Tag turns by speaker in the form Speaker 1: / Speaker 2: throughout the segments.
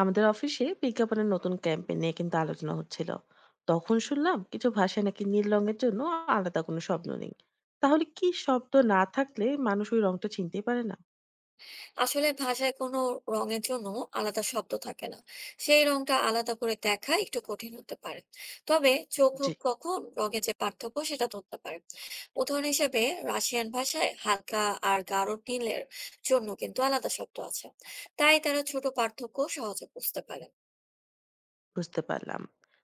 Speaker 1: আমাদের অফিসে বিজ্ঞাপনের নতুন ক্যাম্পেইন নিয়ে কিন্তু আলোচনা হচ্ছিল। তখন শুনলাম কিছু ভাষায় নাকি নীল রঙের জন্য আলাদা কোনো শব্দ নেই। তাহলে কি শব্দ না থাকলে মানুষ ওই রংটা চিনতেই পারে না?
Speaker 2: আসলে ভাষায় কোনো রঙের জন্য আলাদা শব্দ থাকে না, সেই রংটা আলাদা করে দেখা একটু কঠিন হতে পারে। তবে চোখ ও
Speaker 1: জি,
Speaker 2: কখন রঙের যে পার্থক্য সেটা ধরতে পারে। উদাহরণ হিসেবে রাশিয়ান ভাষায় হালকা আর গাঢ় নীলের জন্য কিন্তু আলাদা শব্দ আছে, তাই তারা ছোট পার্থক্য সহজে বুঝতে পারে।
Speaker 1: বুঝতে পারলাম।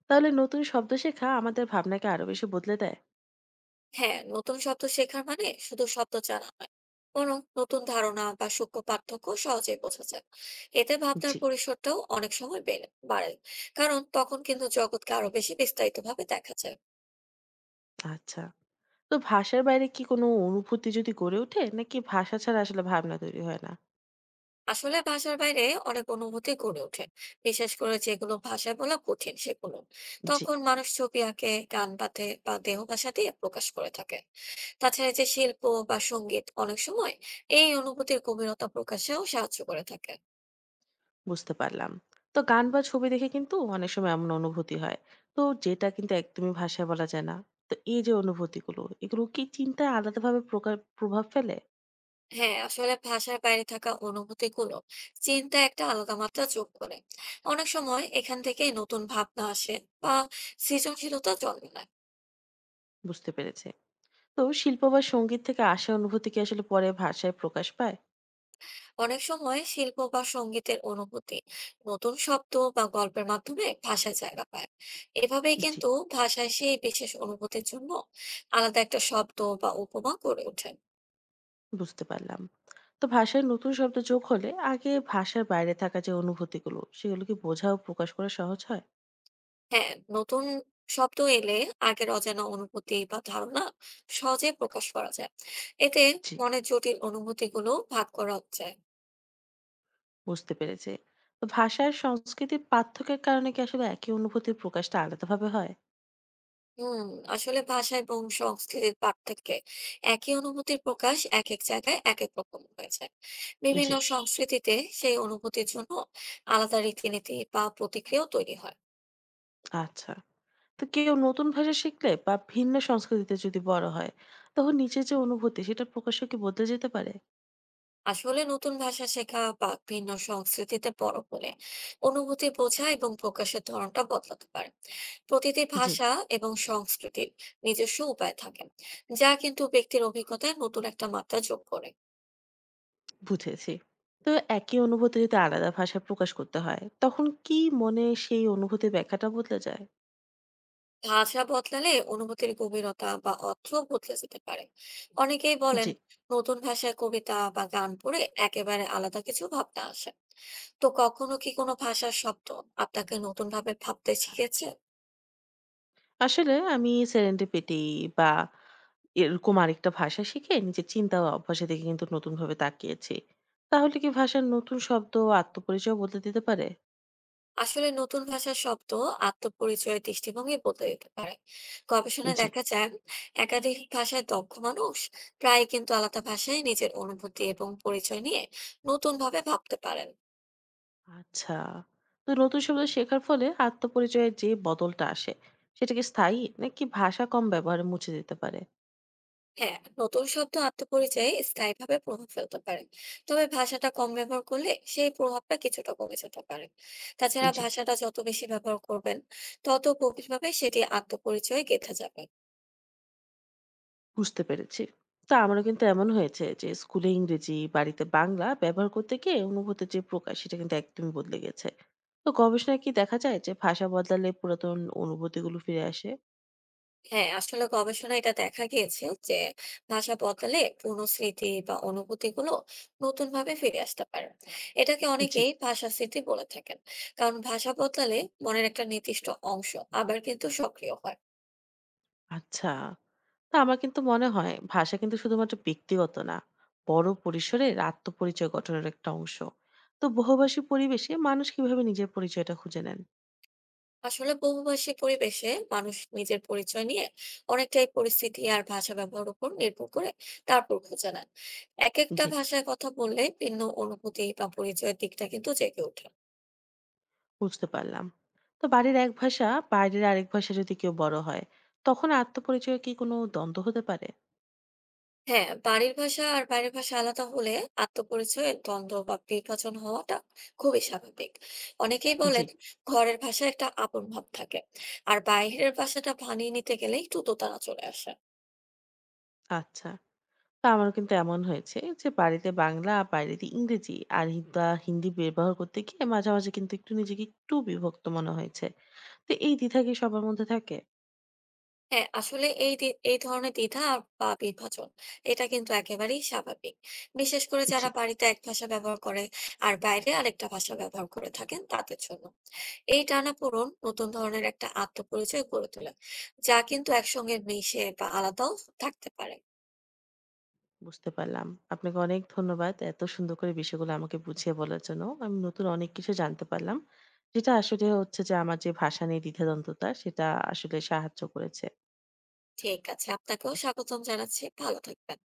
Speaker 1: তাহলে নতুন শব্দ শেখা আমাদের ভাবনাকে আরো বেশি বদলে দেয়?
Speaker 2: হ্যাঁ, নতুন শব্দ শেখার মানে শুধু শব্দ জানা নয়, বরং নতুন ধারণা বা সূক্ষ্ম পার্থক্য সহজেই বোঝা যায়। এতে ভাবনার
Speaker 1: জি,
Speaker 2: পরিসরটাও অনেক সময় বাড়ে। কারণ তখন কিন্তু জগৎকে আরো বেশি বিস্তারিত ভাবে দেখা যায়।
Speaker 1: আচ্ছা। তো ভাষার বাইরে কি কোনো অনুভূতি যদি গড়ে ওঠে, নাকি ভাষা ছাড়া আসলে ভাবনা তৈরি হয় না?
Speaker 2: আসলে ভাষার বাইরে অনেক অনুভূতি গড়ে ওঠে, বিশেষ করে যেগুলো ভাষায় বলা কঠিন সেগুলো।
Speaker 1: জি,
Speaker 2: তখন মানুষ ছবি আঁকে, গান বাঁধে বা দেহ ভাষা দিয়ে প্রকাশ করে থাকে। তাছাড়া এই যে শিল্প বা সঙ্গীত, অনেক সময় এই অনুভূতির গভীরতা প্রকাশেও সাহায্য করে থাকে।
Speaker 1: বুঝতে পারলাম। তো গান বা ছবি দেখে কিন্তু অনেক সময় এমন অনুভূতি হয়। তো যেটা কিন্তু একদমই ভাষায় বলা যায় না। তো এই যে অনুভূতিগুলো, এগুলো কি চিন্তায় আলাদাভাবে প্রকার প্রভাব ফেলে?
Speaker 2: হ্যাঁ, আসলে ভাষার বাইরে থাকা অনুভূতিগুলো চিন্তা একটা আলাদা মাত্রা যোগ করে। অনেক সময় এখান থেকে নতুন ভাবনা আসে বা সৃজনশীলতা জন্ম নেয়।
Speaker 1: বুঝতে পেরেছি। তো শিল্প বা সংগীত থেকে আসা অনুভূতি কি আসলে পরে ভাষায় প্রকাশ পায়?
Speaker 2: অনেক সময় শিল্প বা সঙ্গীতের অনুভূতি নতুন শব্দ বা গল্পের মাধ্যমে ভাষায় জায়গা পায়। এভাবেই
Speaker 1: জি,
Speaker 2: কিন্তু ভাষায় সেই বিশেষ অনুভূতির জন্য আলাদা একটা শব্দ বা উপমা গড়ে ওঠে।
Speaker 1: বুঝতে পারলাম। তো ভাষায় নতুন শব্দ যোগ হলে আগে ভাষার বাইরে থাকা যে অনুভূতিগুলো, সেগুলো কি বোঝা ও প্রকাশ করা সহজ হয়?
Speaker 2: হ্যাঁ, নতুন শব্দ এলে আগের অজানা অনুভূতি বা ধারণা সহজে প্রকাশ করা যায়। এতে
Speaker 1: জি,
Speaker 2: মনের জটিল অনুভূতিগুলো ভাগ করা যায়।
Speaker 1: বুঝতে পেরেছি। তো ভাষা আর সংস্কৃতির পার্থক্যের কারণে কি আসলে একই অনুভূতির প্রকাশটা আলাদাভাবে হয়?
Speaker 2: হুম, আসলে ভাষা এবং সংস্কৃতির পার্থক্যে একই অনুভূতির প্রকাশ এক এক জায়গায় এক এক রকম হয়ে যায়। বিভিন্ন
Speaker 1: জি,
Speaker 2: সংস্কৃতিতে সেই অনুভূতির জন্য আলাদা রীতিনীতি বা প্রতিক্রিয়াও তৈরি হয়।
Speaker 1: আচ্ছা। তো কেউ নতুন ভাষা শিখলে বা ভিন্ন সংস্কৃতিতে যদি বড় হয়, তখন নিজের যে অনুভূতি সেটা প্রকাশ্যে কি বদলে যেতে পারে?
Speaker 2: আসলে নতুন ভাষা শেখা বা ভিন্ন সংস্কৃতিতে বড় হলে অনুভূতি বোঝা এবং প্রকাশের ধরনটা বদলাতে পারে। প্রতিটি
Speaker 1: জি,
Speaker 2: ভাষা এবং সংস্কৃতির নিজস্ব উপায় থাকে, যা কিন্তু ব্যক্তির অভিজ্ঞতায় নতুন একটা মাত্রা যোগ করে।
Speaker 1: বুঝেছি। তো একই অনুভূতি যদি আলাদা ভাষায় প্রকাশ করতে হয়, তখন কি মনে সেই অনুভূতির ব্যাখ্যাটা বদলে যায়?
Speaker 2: ভাষা বদলালে অনুভূতির গভীরতা বা অর্থ বদলে যেতে পারে। অনেকেই বলেন
Speaker 1: জি,
Speaker 2: নতুন ভাষায় কবিতা বা গান পড়ে একেবারে আলাদা কিছু ভাবনা আসে। তো কখনো কি কোনো ভাষার শব্দ আপনাকে নতুন ভাবে ভাবতে শিখেছে?
Speaker 1: আসলে আমি সেরেন্ডিপিটি বা এরকম আরেকটা ভাষা শিখে নিজের চিন্তা ও অভ্যাসের দিকে কিন্তু নতুনভাবে তাকিয়েছি। তাহলে কি ভাষার নতুন শব্দ ও আত্মপরিচয় বদলে দিতে পারে?
Speaker 2: আসলে নতুন ভাষার শব্দ আত্মপরিচয়, দৃষ্টিভঙ্গি বদলে দিতে পারে। গবেষণায়
Speaker 1: জি।
Speaker 2: দেখা যায় একাধিক ভাষায় দক্ষ মানুষ প্রায় কিন্তু আলাদা ভাষায় নিজের অনুভূতি এবং পরিচয় নিয়ে নতুন ভাবে ভাবতে পারেন।
Speaker 1: আচ্ছা। তো নতুন শব্দ শেখার ফলে আত্মপরিচয়ের যে বদলটা আসে, সেটা কি স্থায়ী নাকি ভাষা কম ব্যবহারে মুছে যেতে পারে?
Speaker 2: হ্যাঁ, নতুন শব্দ আত্মপরিচয়ে স্থায়ীভাবে প্রভাব ফেলতে পারে। তবে ভাষাটা কম ব্যবহার করলে সেই প্রভাবটা কিছুটা কমে যেতে পারে। তাছাড়া
Speaker 1: জি,
Speaker 2: ভাষাটা যত বেশি ব্যবহার করবেন, তত গভীরভাবে সেটি আত্মপরিচয়ে গেঁথে যাবে।
Speaker 1: বুঝতে পেরেছি। তো আমারও কিন্তু এমন হয়েছে যে স্কুলে ইংরেজি, বাড়িতে বাংলা ব্যবহার করতে গিয়ে অনুভূতির যে প্রকাশ সেটা কিন্তু একদমই বদলে গেছে। তো গবেষণায় কি দেখা যায় যে ভাষা বদলালে পুরাতন অনুভূতিগুলো ফিরে আসে?
Speaker 2: হ্যাঁ, আসলে গবেষণায় এটা দেখা গিয়েছে যে ভাষা বদলালে পুরনো স্মৃতি বা অনুভূতি গুলো নতুন ভাবে ফিরে আসতে পারে। এটাকে
Speaker 1: জি,
Speaker 2: অনেকেই ভাষা স্মৃতি বলে থাকেন। কারণ ভাষা বদলালে মনের একটা নির্দিষ্ট অংশ আবার কিন্তু সক্রিয় হয়।
Speaker 1: আচ্ছা। না, আমার কিন্তু মনে হয় ভাষা কিন্তু শুধুমাত্র ব্যক্তিগত না, বড় পরিসরের আত্মপরিচয় গঠনের একটা অংশ। তো বহুভাষী পরিবেশে মানুষ কিভাবে নিজের পরিচয়টা খুঁজে নেন?
Speaker 2: আসলে বহুভাষী পরিবেশে মানুষ নিজের পরিচয় নিয়ে অনেকটাই পরিস্থিতি আর ভাষা ব্যবহার উপর নির্ভর করে তারপর খুঁজে নেন। এক একটা
Speaker 1: জি,
Speaker 2: ভাষায় কথা বললে ভিন্ন অনুভূতি বা পরিচয়ের দিকটা কিন্তু জেগে ওঠে।
Speaker 1: বুঝতে পারলাম। তো বাড়ির এক ভাষা, বাইরের আরেক ভাষা যদি কেউ বড় হয়, তখন আত্মপরিচয়ে কি কোনো দ্বন্দ্ব হতে পারে?
Speaker 2: হ্যাঁ, বাড়ির ভাষা আর বাইরের ভাষা আলাদা হলে আত্মপরিচয়ে দ্বন্দ্ব বা বিভাজন হওয়াটা খুবই স্বাভাবিক। অনেকেই
Speaker 1: জি,
Speaker 2: বলেন ঘরের ভাষায় একটা আপন ভাব থাকে, আর বাইরের ভাষাটা মানিয়ে নিতে গেলে একটু দোতানা চলে আসে।
Speaker 1: আচ্ছা। তা আমার কিন্তু এমন হয়েছে যে বাড়িতে বাংলা, বাইরেতে ইংরেজি আর হিন্দি ব্যবহার করতে গিয়ে মাঝে মাঝে কিন্তু একটু নিজেকে একটু বিভক্ত মনে হয়েছে। তো এই দ্বিধা কি সবার মধ্যে থাকে?
Speaker 2: হ্যাঁ, আসলে এই ধরনের দ্বিধা বা বিভাজন, এটা কিন্তু একেবারেই স্বাভাবিক। বিশেষ করে
Speaker 1: জি,
Speaker 2: যারা বাড়িতে এক ভাষা ব্যবহার করে আর বাইরে আরেকটা ভাষা ব্যবহার করে থাকেন, তাদের জন্য এই টানাপোড়েন নতুন ধরনের একটা আত্মপরিচয় গড়ে তোলে, যা কিন্তু একসঙ্গে মিশে বা আলাদাও থাকতে পারে।
Speaker 1: বুঝতে পারলাম। আপনাকে অনেক ধন্যবাদ। এত সুন্দর করে বিষয়গুলো আমাকে বুঝিয়ে বলার জন্য। আমি নতুন অনেক কিছু জানতে পারলাম। যেটা আসলে হচ্ছে যে আমার যে ভাষা নিয়ে দ্বিধাদ্বন্দ্বতা সেটা আসলে সাহায্য করেছে।
Speaker 2: ঠিক আছে, আপনাকেও স্বাগতম জানাচ্ছি। ভালো থাকবেন।